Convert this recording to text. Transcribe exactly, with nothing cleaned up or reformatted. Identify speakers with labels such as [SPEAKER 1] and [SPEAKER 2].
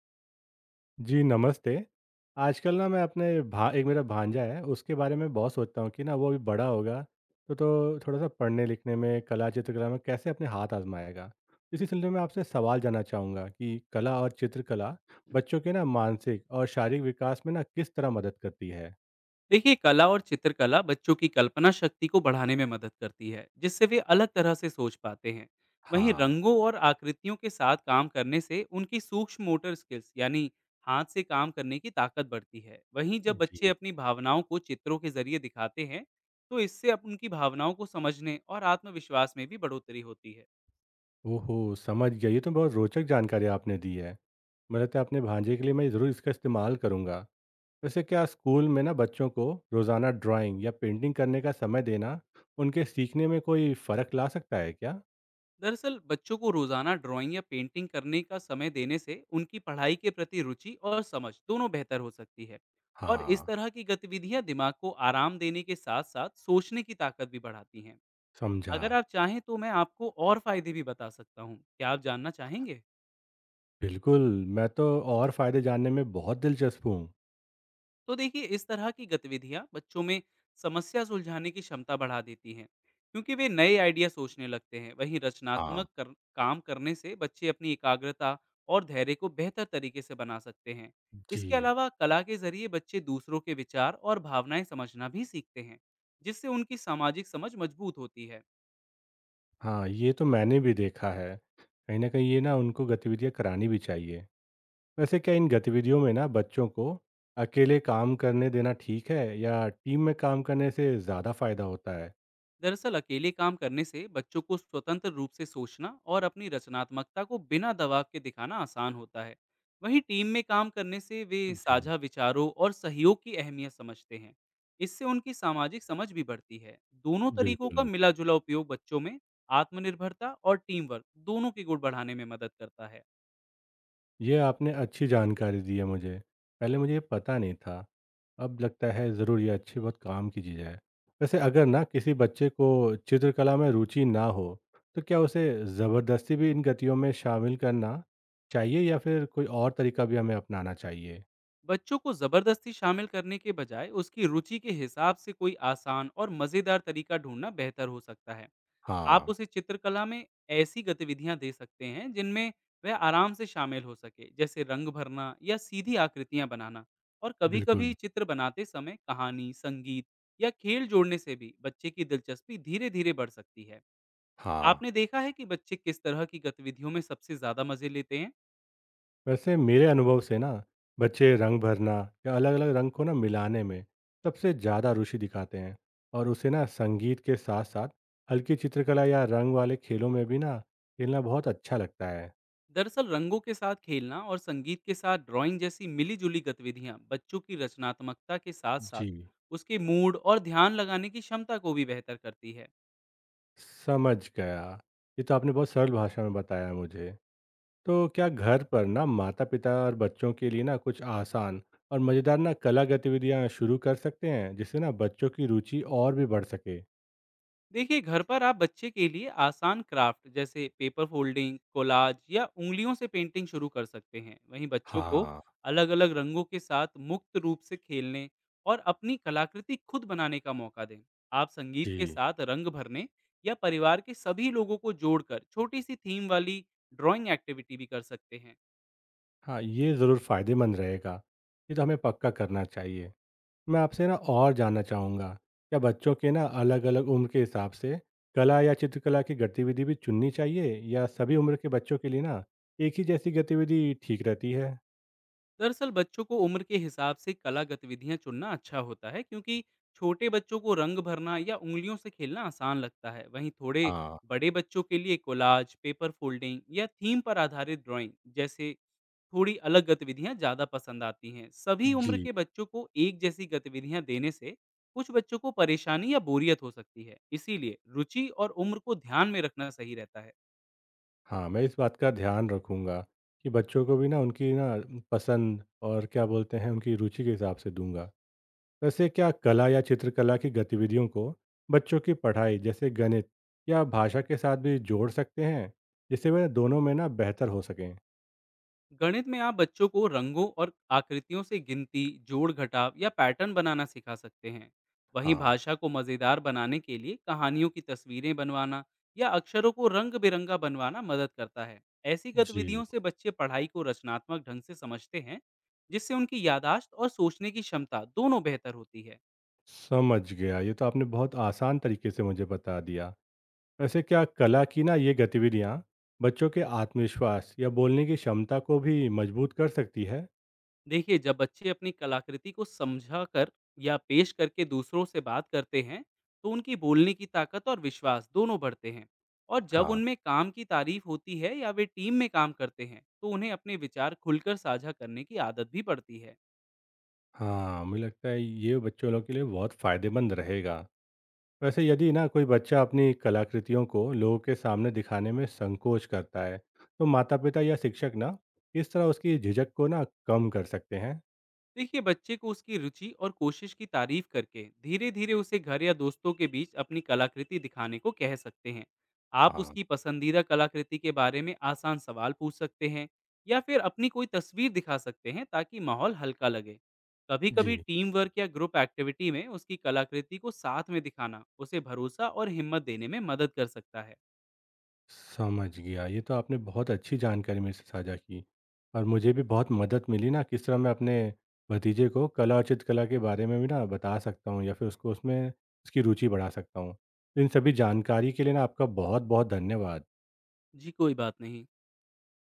[SPEAKER 1] जी, नमस्ते। आजकल ना मैं अपने भा एक मेरा भांजा है, उसके बारे में बहुत सोचता हूँ कि ना वो अभी बड़ा होगा, तो तो थोड़ा-सा पढ़ने लिखने में, कला चित्रकला में कैसे अपने हाथ आज़माएगा। इसी सिलसिले में आपसे सवाल जानना चाहूँगा कि कला और चित्रकला बच्चों के ना मानसिक और शारीरिक विकास में ना किस तरह मदद करती है?
[SPEAKER 2] देखिए, कला और चित्रकला बच्चों की कल्पना शक्ति को बढ़ाने में मदद करती है, जिससे वे अलग तरह से सोच पाते हैं। वहीं
[SPEAKER 1] हाँ।
[SPEAKER 2] रंगों और आकृतियों के साथ काम करने से उनकी सूक्ष्म मोटर स्किल्स यानी हाथ से काम करने की ताकत बढ़ती है। वहीं जब बच्चे
[SPEAKER 1] जी।
[SPEAKER 2] अपनी भावनाओं को चित्रों के जरिए दिखाते हैं तो इससे अब उनकी भावनाओं को समझने और आत्मविश्वास में भी बढ़ोतरी होती है।
[SPEAKER 1] ओहो! समझ गया, ये तो बहुत रोचक जानकारी आपने दी है। मुझे लगता है अपने भांजे के लिए मैं ज़रूर इसका इस्तेमाल करूँगा। वैसे क्या स्कूल में ना बच्चों को रोजाना ड्राइंग या पेंटिंग करने का समय देना उनके सीखने में कोई फर्क ला सकता है क्या?
[SPEAKER 2] दरअसल बच्चों को रोजाना ड्राइंग या पेंटिंग करने का समय देने से उनकी पढ़ाई के प्रति रुचि और समझ दोनों बेहतर हो सकती है। और इस
[SPEAKER 1] हाँ।
[SPEAKER 2] तरह की गतिविधियां दिमाग को आराम देने के साथ साथ सोचने की ताकत भी बढ़ाती हैं।
[SPEAKER 1] समझा।
[SPEAKER 2] अगर आप चाहें तो मैं आपको और फायदे भी बता सकता हूँ, क्या आप जानना चाहेंगे?
[SPEAKER 1] बिल्कुल। मैं तो और फायदे जानने में बहुत दिलचस्प हूँ।
[SPEAKER 2] तो देखिए, इस तरह की गतिविधियां बच्चों में समस्या सुलझाने की क्षमता बढ़ा देती हैं, क्योंकि वे नए आइडिया सोचने लगते हैं। वहीं
[SPEAKER 1] हाँ।
[SPEAKER 2] रचनात्मक कर, काम करने से बच्चे अपनी एकाग्रता और धैर्य को बेहतर तरीके से बना सकते हैं। इसके
[SPEAKER 1] जी।
[SPEAKER 2] अलावा कला के जरिए बच्चे दूसरों के विचार और भावनाएं समझना भी सीखते हैं, जिससे उनकी सामाजिक समझ मजबूत होती है।
[SPEAKER 1] हाँ, ये तो मैंने भी देखा है। कहीं ना कहीं ये ना उनको गतिविधियाँ करानी भी चाहिए। वैसे क्या इन गतिविधियों में ना बच्चों को अकेले काम करने देना ठीक है या टीम में काम करने से ज़्यादा फायदा होता है?
[SPEAKER 2] दरअसल अकेले काम करने से बच्चों को स्वतंत्र रूप से सोचना और अपनी रचनात्मकता को बिना दबाव के दिखाना आसान होता है। वहीं टीम में काम करने से वे
[SPEAKER 1] जी।
[SPEAKER 2] साझा विचारों और सहयोग की अहमियत समझते हैं। इससे उनकी सामाजिक समझ भी बढ़ती है। दोनों तरीकों का
[SPEAKER 1] बिल्कुल।
[SPEAKER 2] मिला जुला उपयोग बच्चों में आत्मनिर्भरता और टीम वर्क दोनों के गुण बढ़ाने में मदद करता है।
[SPEAKER 1] ये आपने अच्छी जानकारी दी है मुझे। पहले मुझे ये पता नहीं था। अब लगता है ज़रूर ये अच्छी बहुत काम की चीज़ है। वैसे अगर ना किसी बच्चे को चित्रकला में रुचि ना हो, तो क्या उसे ज़बरदस्ती भी इन गतियों में शामिल करना चाहिए या फिर कोई और तरीका भी हमें अपनाना चाहिए?
[SPEAKER 2] बच्चों को जबरदस्ती शामिल करने के बजाय उसकी रुचि के हिसाब से कोई आसान और मजेदार तरीका ढूंढना बेहतर हो सकता है। आप
[SPEAKER 1] हाँ,
[SPEAKER 2] उसे चित्रकला में ऐसी गतिविधियाँ दे सकते हैं जिनमें वह आराम से शामिल हो सके, जैसे रंग भरना या सीधी आकृतियाँ बनाना। और कभी-कभी
[SPEAKER 1] बिल्कुल।
[SPEAKER 2] चित्र बनाते समय कहानी, संगीत या खेल जोड़ने से भी बच्चे की दिलचस्पी धीरे-धीरे बढ़ सकती है।
[SPEAKER 1] हाँ।
[SPEAKER 2] आपने देखा है कि बच्चे किस तरह की गतिविधियों में सबसे ज़्यादा मज़े लेते हैं?
[SPEAKER 1] वैसे मेरे अनुभव से ना बच्चे रंग भरना या अलग अलग रंग को ना मिलाने में सबसे ज़्यादा रुचि दिखाते हैं। और उसे ना संगीत के साथ साथ हल्की चित्रकला या रंग वाले खेलों में भी ना खेलना बहुत अच्छा लगता है।
[SPEAKER 2] दरअसल रंगों के साथ खेलना और संगीत के साथ ड्राइंग जैसी मिली-जुली गतिविधियाँ बच्चों की रचनात्मकता के साथ-साथ
[SPEAKER 1] जी।
[SPEAKER 2] उसके मूड और ध्यान लगाने की क्षमता को भी बेहतर करती है।
[SPEAKER 1] समझ गया। ये तो आपने बहुत सरल भाषा में बताया मुझे। तो क्या घर पर ना माता पिता और बच्चों के लिए ना कुछ आसान और मज़ेदार ना कला गतिविधियाँ शुरू कर सकते हैं जिससे ना बच्चों की रुचि और भी बढ़ सके?
[SPEAKER 2] देखिए, घर पर आप बच्चे के लिए आसान क्राफ्ट जैसे पेपर फोल्डिंग, कोलाज या उंगलियों से पेंटिंग शुरू कर सकते हैं। वहीं बच्चों को
[SPEAKER 1] हाँ।
[SPEAKER 2] अलग अलग रंगों के साथ मुक्त रूप से खेलने और अपनी कलाकृति खुद बनाने का मौका दें। आप संगीत के
[SPEAKER 1] जी।
[SPEAKER 2] साथ रंग भरने या परिवार के सभी लोगों को जोड़कर छोटी सी थीम वाली ड्राइंग एक्टिविटी भी कर सकते हैं।
[SPEAKER 1] हाँ, ये ज़रूर फ़ायदेमंद रहेगा। ये तो हमें पक्का करना चाहिए। मैं आपसे ना और जानना चाहूँगा, क्या बच्चों के ना अलग-अलग उम्र के हिसाब से कला या चित्रकला की गतिविधि भी चुननी चाहिए या सभी उम्र के बच्चों के लिए ना एक ही जैसी गतिविधि ठीक रहती है?
[SPEAKER 2] दरअसल बच्चों को उम्र के हिसाब से कला गतिविधियां चुनना अच्छा होता है, क्योंकि छोटे बच्चों को रंग भरना या उंगलियों से खेलना आसान लगता है। वहीं थोड़े
[SPEAKER 1] हाँ।
[SPEAKER 2] बड़े बच्चों के लिए कोलाज, पेपर फोल्डिंग या थीम पर आधारित ड्राइंग जैसे थोड़ी अलग गतिविधियां ज़्यादा पसंद आती हैं। सभी उम्र
[SPEAKER 1] जी।
[SPEAKER 2] के बच्चों को एक जैसी गतिविधियां देने से कुछ बच्चों को परेशानी या बोरियत हो सकती है, इसीलिए रुचि और उम्र को ध्यान में रखना सही रहता है।
[SPEAKER 1] हाँ, मैं इस बात का ध्यान रखूँगा कि बच्चों को भी ना उनकी ना पसंद और क्या बोलते हैं, उनकी रुचि के हिसाब से दूँगा। वैसे क्या कला या चित्रकला की गतिविधियों को बच्चों की पढ़ाई जैसे गणित या भाषा के साथ भी जोड़ सकते हैं जिससे वे दोनों में ना बेहतर हो सकें?
[SPEAKER 2] गणित में आप बच्चों को रंगों और आकृतियों से गिनती, जोड़, घटाव या पैटर्न बनाना सिखा सकते हैं। वहीं
[SPEAKER 1] हाँ।
[SPEAKER 2] भाषा को मज़ेदार बनाने के लिए कहानियों की तस्वीरें बनवाना या अक्षरों को रंग बिरंगा बनवाना मदद करता है। ऐसी गतिविधियों
[SPEAKER 1] जी।
[SPEAKER 2] से बच्चे पढ़ाई को रचनात्मक ढंग से समझते हैं, जिससे उनकी यादाश्त और सोचने की क्षमता दोनों बेहतर होती है।
[SPEAKER 1] समझ गया। ये तो आपने बहुत आसान तरीके से मुझे बता दिया। वैसे क्या कला की ना ये गतिविधियाँ बच्चों के आत्मविश्वास या बोलने की क्षमता को भी मजबूत कर सकती है?
[SPEAKER 2] देखिए, जब बच्चे अपनी कलाकृति को समझा कर या पेश करके दूसरों से बात करते हैं तो उनकी बोलने की ताकत और विश्वास दोनों बढ़ते हैं। और जब
[SPEAKER 1] हाँ।
[SPEAKER 2] उनमें काम की तारीफ होती है या वे टीम में काम करते हैं तो उन्हें अपने विचार खुलकर साझा करने की आदत भी पड़ती है।
[SPEAKER 1] हाँ, मुझे लगता है ये बच्चों लोग के लिए बहुत फायदेमंद रहेगा। वैसे यदि ना कोई बच्चा अपनी कलाकृतियों को लोगों के सामने दिखाने में संकोच करता है, तो माता पिता या शिक्षक ना इस तरह उसकी झिझक को ना कम कर सकते हैं?
[SPEAKER 2] देखिए, बच्चे को उसकी रुचि और कोशिश की तारीफ करके धीरे धीरे उसे घर या दोस्तों के बीच अपनी कलाकृति दिखाने को कह सकते हैं। आप
[SPEAKER 1] हाँ।
[SPEAKER 2] उसकी पसंदीदा कलाकृति के बारे में आसान सवाल पूछ सकते हैं या फिर अपनी कोई तस्वीर दिखा सकते हैं, ताकि माहौल हल्का लगे। कभी कभी
[SPEAKER 1] जी।
[SPEAKER 2] टीम वर्क या ग्रुप एक्टिविटी में उसकी कलाकृति को साथ में दिखाना उसे भरोसा और हिम्मत देने में मदद कर सकता है।
[SPEAKER 1] समझ गया। ये तो आपने बहुत अच्छी जानकारी मेरे से साझा की, और मुझे भी बहुत मदद मिली ना किस तरह मैं अपने भतीजे को कला और चित्रकला के बारे में भी ना बता सकता हूँ या फिर उसको उसमें उसकी रुचि बढ़ा सकता हूँ। इन सभी जानकारी के लिए ना आपका बहुत बहुत धन्यवाद।
[SPEAKER 2] जी, कोई बात नहीं।